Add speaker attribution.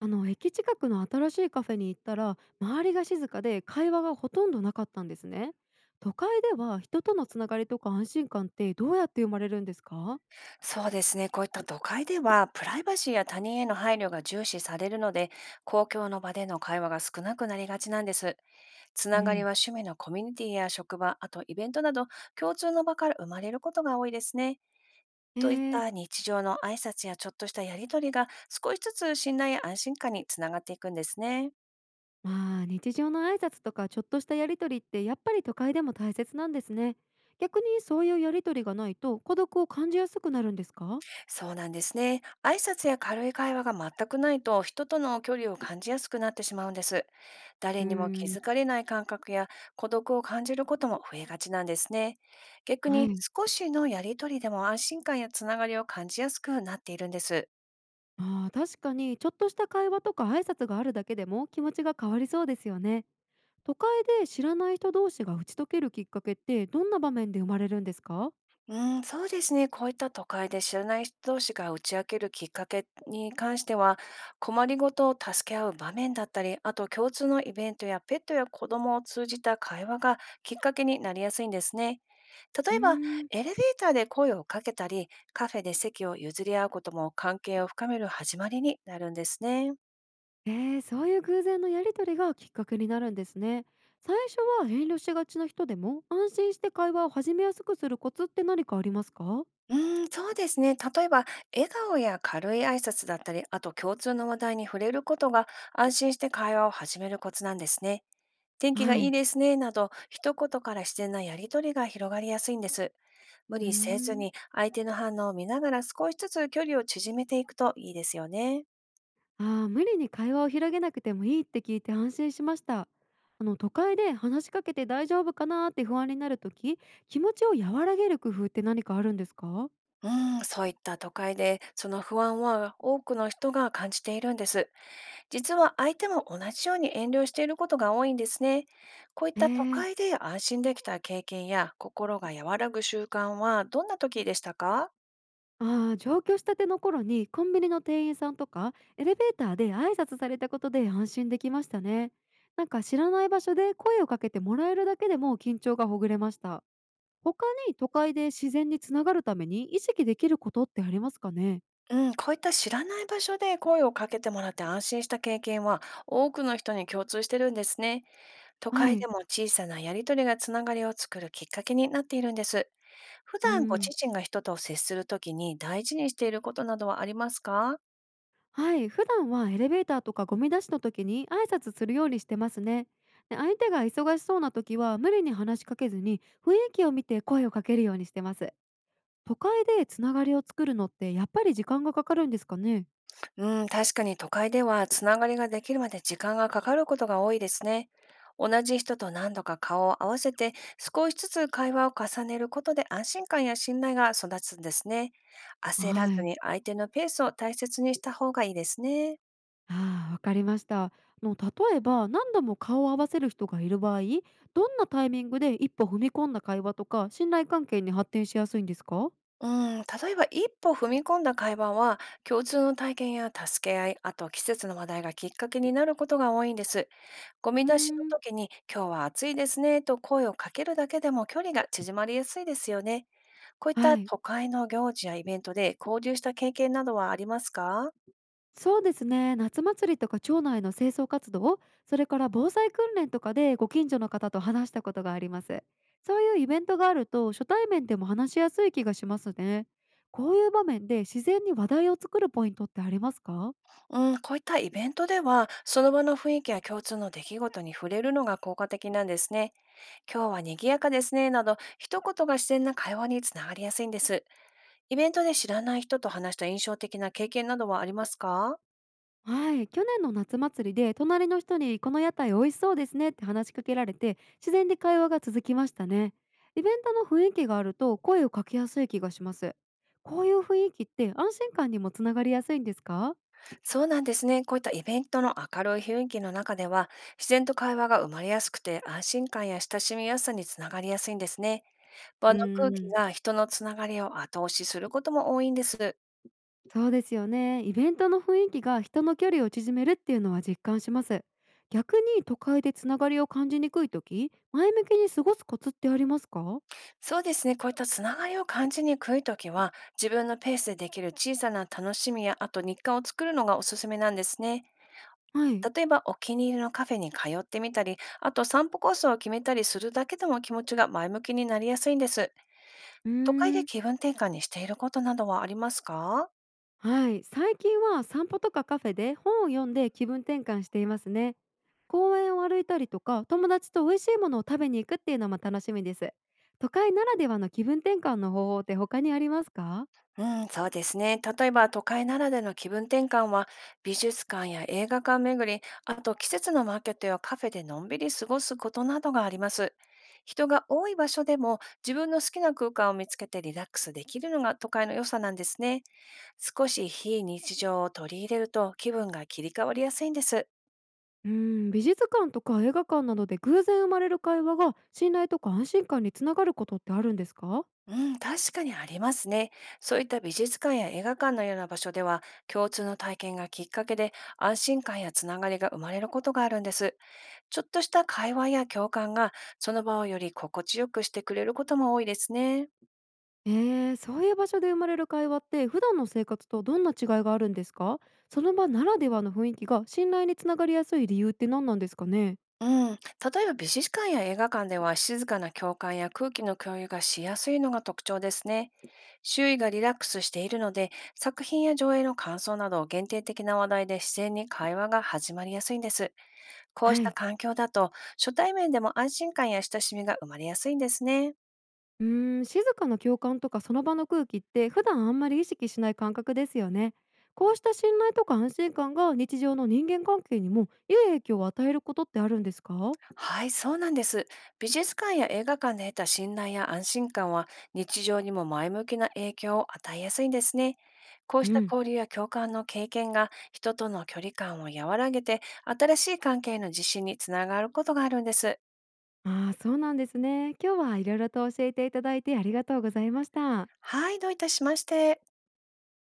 Speaker 1: あの駅近くの新しいカフェに行ったら、周りが静かで会話がほとんどなかったんですね。都会では人とのつながりとか安心感ってどうやって生まれるんですか？
Speaker 2: そうですね。こういった都会では、プライバシーや他人への配慮が重視されるので、公共の場での会話が少なくなりがちなんです。つ
Speaker 1: う
Speaker 2: ながりは
Speaker 1: ん。
Speaker 2: 趣味のコミュニティや職場、あとイベントなど、共通の場から生まれることが多いですね。
Speaker 1: え
Speaker 2: といっ
Speaker 1: ー、
Speaker 2: た日常の挨拶やちょっとしたやりとりが、少しずつ信頼や安心感につながっていくんですね。
Speaker 1: まあ日常の挨拶とかちょっとしたやりとりって、やっぱり都会でも大切なんですね。逆にそういうやりとりがないと孤独を感じやすくなるんですか？
Speaker 2: そうなんですね。挨拶や軽い会話が全くないと、人との距離を感じやすくなってしまうんです。誰
Speaker 1: うー
Speaker 2: にも気
Speaker 1: ん。
Speaker 2: づかれない感覚や孤独を感じることも増えがちなんですね。逆
Speaker 1: は
Speaker 2: に
Speaker 1: い。
Speaker 2: 少しのやりとりでも安心感やつながりを感じやすくなっているんです。
Speaker 1: あー、確かにちょっとした会話とか挨拶があるだけでも気持ちが変わりそうですよね。都会で知らない人同士が打ち解けるきっかけって、どんな場面で生まれるんですか？
Speaker 2: うん、そうですね。こういった都会で知らない人同士が打ち明けるきっかけに関しては、困りごとを助け合う場面だったり、あと共通のイベントやペットや子供を通じた会話がきっかけになりやすいんですね。
Speaker 1: う
Speaker 2: 例
Speaker 1: ー
Speaker 2: えば、
Speaker 1: ん。
Speaker 2: エレベーターで声をかけたり、カフェで席を譲り合うことも関係を深める始まりになるんですね。
Speaker 1: そういう偶然のやり取りがきっかけになるんですね。最初は遠慮しがちな人でも安心して会話を始めやすくするコツって何かありますか？は
Speaker 2: うーん、そうですね。例えば、笑顔や軽い挨拶だったり、あと共通の話題に触れることが安心して会話を始めるコツなんですね。天気が
Speaker 1: い。
Speaker 2: いい
Speaker 1: い。
Speaker 2: ですね、など、一言から自然なやりとりが広がりやすいんです。無
Speaker 1: うー
Speaker 2: 理せず
Speaker 1: ん。
Speaker 2: に、相手の反応を見ながら少しずつ距離を縮めていくといいですよね。
Speaker 1: ああ、無理に会話を広げなくてもいいって聞いて安心しました。あの、都会で話しかけて大丈夫かなーって不安になるとき、気持ちを和らげる工夫って何かあるんですか？
Speaker 2: うん、そういった都会で、その不安は多くの人が感じているんです。実は相手も同じように遠慮していることが多いんですね。こういっ
Speaker 1: え
Speaker 2: た都会
Speaker 1: え。
Speaker 2: で安心できた経験や心が和らぐ習慣はどんな時でしたか？
Speaker 1: ああ、上京したての頃にコンビニの店員さんとかエレベーターで挨拶されたことで安心できましたね。なんか知らない場所で声をかけてもらえるだけでも緊張がほぐれました。他に都会で自然につながるために意識できることってありますかね？
Speaker 2: うん、こういった知らない場所で声をかけてもらって安心した経験は多くの人に共通してるんですね。都
Speaker 1: は
Speaker 2: 会
Speaker 1: い。
Speaker 2: でも小さなやりとりがつながりを作るきっかけになっているんです。普
Speaker 1: う
Speaker 2: 段ご
Speaker 1: ん。
Speaker 2: 自身が人と接するときに大事にしていることなどはありますか？
Speaker 1: はい。普段はエレベーターとかゴミ出しの時に挨拶するようにしてますね。で、相手が忙しそうな時は無理に話しかけずに、雰囲気を見て声をかけるようにしてます。都会でつながりを作るのって、やっぱり時間がかかるんですかね？
Speaker 2: うん、確かに都会ではつながりができるまで時間がかかることが多いですね。同じ人と何度か顔を合わせて少しずつ会話を重ねることで安心感や信頼が育つんですね。焦ら
Speaker 1: は
Speaker 2: ず
Speaker 1: い。
Speaker 2: に相手のペースを大切にした方がいいですね。
Speaker 1: ああ、わかりました。あの、例えば何度も顔を合わせる人がいる場合、どんなタイミングで一歩踏み込んだ会話とか信頼関係に発展しやすいんですか？
Speaker 2: うん、例えば一歩踏み込んだ会話は共通の体験や助け合い、あと季節の話題がきっかけになることが多いんです。ゴミ
Speaker 1: うー
Speaker 2: 出し
Speaker 1: ん。
Speaker 2: の時に今日は暑いですねと声をかけるだけでも距離が縮まりやすいですよね。こういっ
Speaker 1: は
Speaker 2: た
Speaker 1: い。
Speaker 2: 都会の行事やイベントで交流した経験などはありますか？
Speaker 1: そうですね、夏祭りとか町内の清掃活動、それから防災訓練とかでご近所の方と話したことがあります。そういうイベントがあると初対面でも話しやすい気がしますね。こういう場面で自然に話題を作るポイントってありますか？
Speaker 2: うん、こういったイベントでは、その場の雰囲気や共通の出来事に触れるのが効果的なんですね。今日は賑やかですね、など、一言が自然な会話につながりやすいんです。イベントで知らない人と話した印象的な経験などはありますか？
Speaker 1: はい、去年の夏祭りで隣の人にこの屋台美味しそうですねって話しかけられて、自然に会話が続きましたね。イベントの雰囲気があると声をかけやすい気がします。こういう雰囲気って安心感にもつながりやすいんですか？
Speaker 2: そうなんですね。こういったイベントの明るい雰囲気の中では、自然と会話が生まれやすくて、安心感や親しみやすさにつながりやすいんですね。
Speaker 1: う
Speaker 2: 場
Speaker 1: ー
Speaker 2: の空気
Speaker 1: ん、
Speaker 2: が人のつながりを後押しすることも多いんです。
Speaker 1: そうですよね。イベントの雰囲気が人の距離を縮めるっていうのは実感します。逆に都会でつながりを感じにくい時、前向きに過ごすコツってありますか？
Speaker 2: そうですね、こういったつながりを感じにくいときは、自分のペースでできる小さな楽しみや、あと日課を作るのがおすすめなんですね。
Speaker 1: はい。
Speaker 2: 例えば、お気に入りのカフェに通ってみたり、あと散歩コースを決めたりするだけでも気持ちが前向きになりやすいんです。
Speaker 1: う
Speaker 2: 都会
Speaker 1: ー
Speaker 2: で
Speaker 1: ん。
Speaker 2: 気分転換にしていることなどはありますか？
Speaker 1: はい。最近は散歩とかカフェで本を読んで気分転換していますね。公園を歩いたりとか、友達と美味しいものを食べに行くっていうのも楽しみです。都会ならではの気分転換の方法って他にありますか？
Speaker 2: うん、そうですね。例えば都会ならでの気分転換は美術館や映画館巡り、あと季節のマーケットやカフェでのんびり過ごすことなどがあります。人が多い場所でも自分の好きな空間を見つけてリラックスできるのが都会の良さなんですね。少し非日常を取り入れると気分が切り替わりやすいんです。
Speaker 1: うん、美術館とか映画館などで偶然生まれる会話が信頼とか安心感につながることってあるんですか？
Speaker 2: うん、確かにありますね。そういった美術館や映画館のような場所では共通の体験がきっかけで安心感やつながりが生まれることがあるんです。ちょっとした会話や共感がその場をより心地よくしてくれることも多いですね。
Speaker 1: えそういう場所で生まれる会話って普段の生活とどんな違いがあるんですか？その場ならではの雰囲気が信頼につながりやすい理由って何なんですかね？
Speaker 2: うん、例えば美術館や映画館では静かな共感や空気の共有がしやすいのが特徴ですね。周囲がリラックスしているので作品や上映の感想など限定的な話題で自然に会話が始まりやすいんです。こう
Speaker 1: は
Speaker 2: した
Speaker 1: い。
Speaker 2: 環境だと初対面でも安心感や親しみが生まれやすいんですね。
Speaker 1: うーん、静かな共感とかその場の空気って普段あんまり意識しない感覚ですよね。こうした信頼とか安心感が日常の人間関係にも良い影響を与えることってあるんですか？
Speaker 2: はい、そうなんです。美術館や映画館で得た信頼や安心感は日常にも前向きな影響を与えやすいんですね。こう
Speaker 1: う
Speaker 2: した
Speaker 1: ん。
Speaker 2: 交流や共感の経験が人との距離感を和らげて新しい関係の実施につながることがあるんです。
Speaker 1: ああ、そうなんですね。今日はいろいろと教えていただいて、ありがとうございました。
Speaker 2: はい、どういたしまして。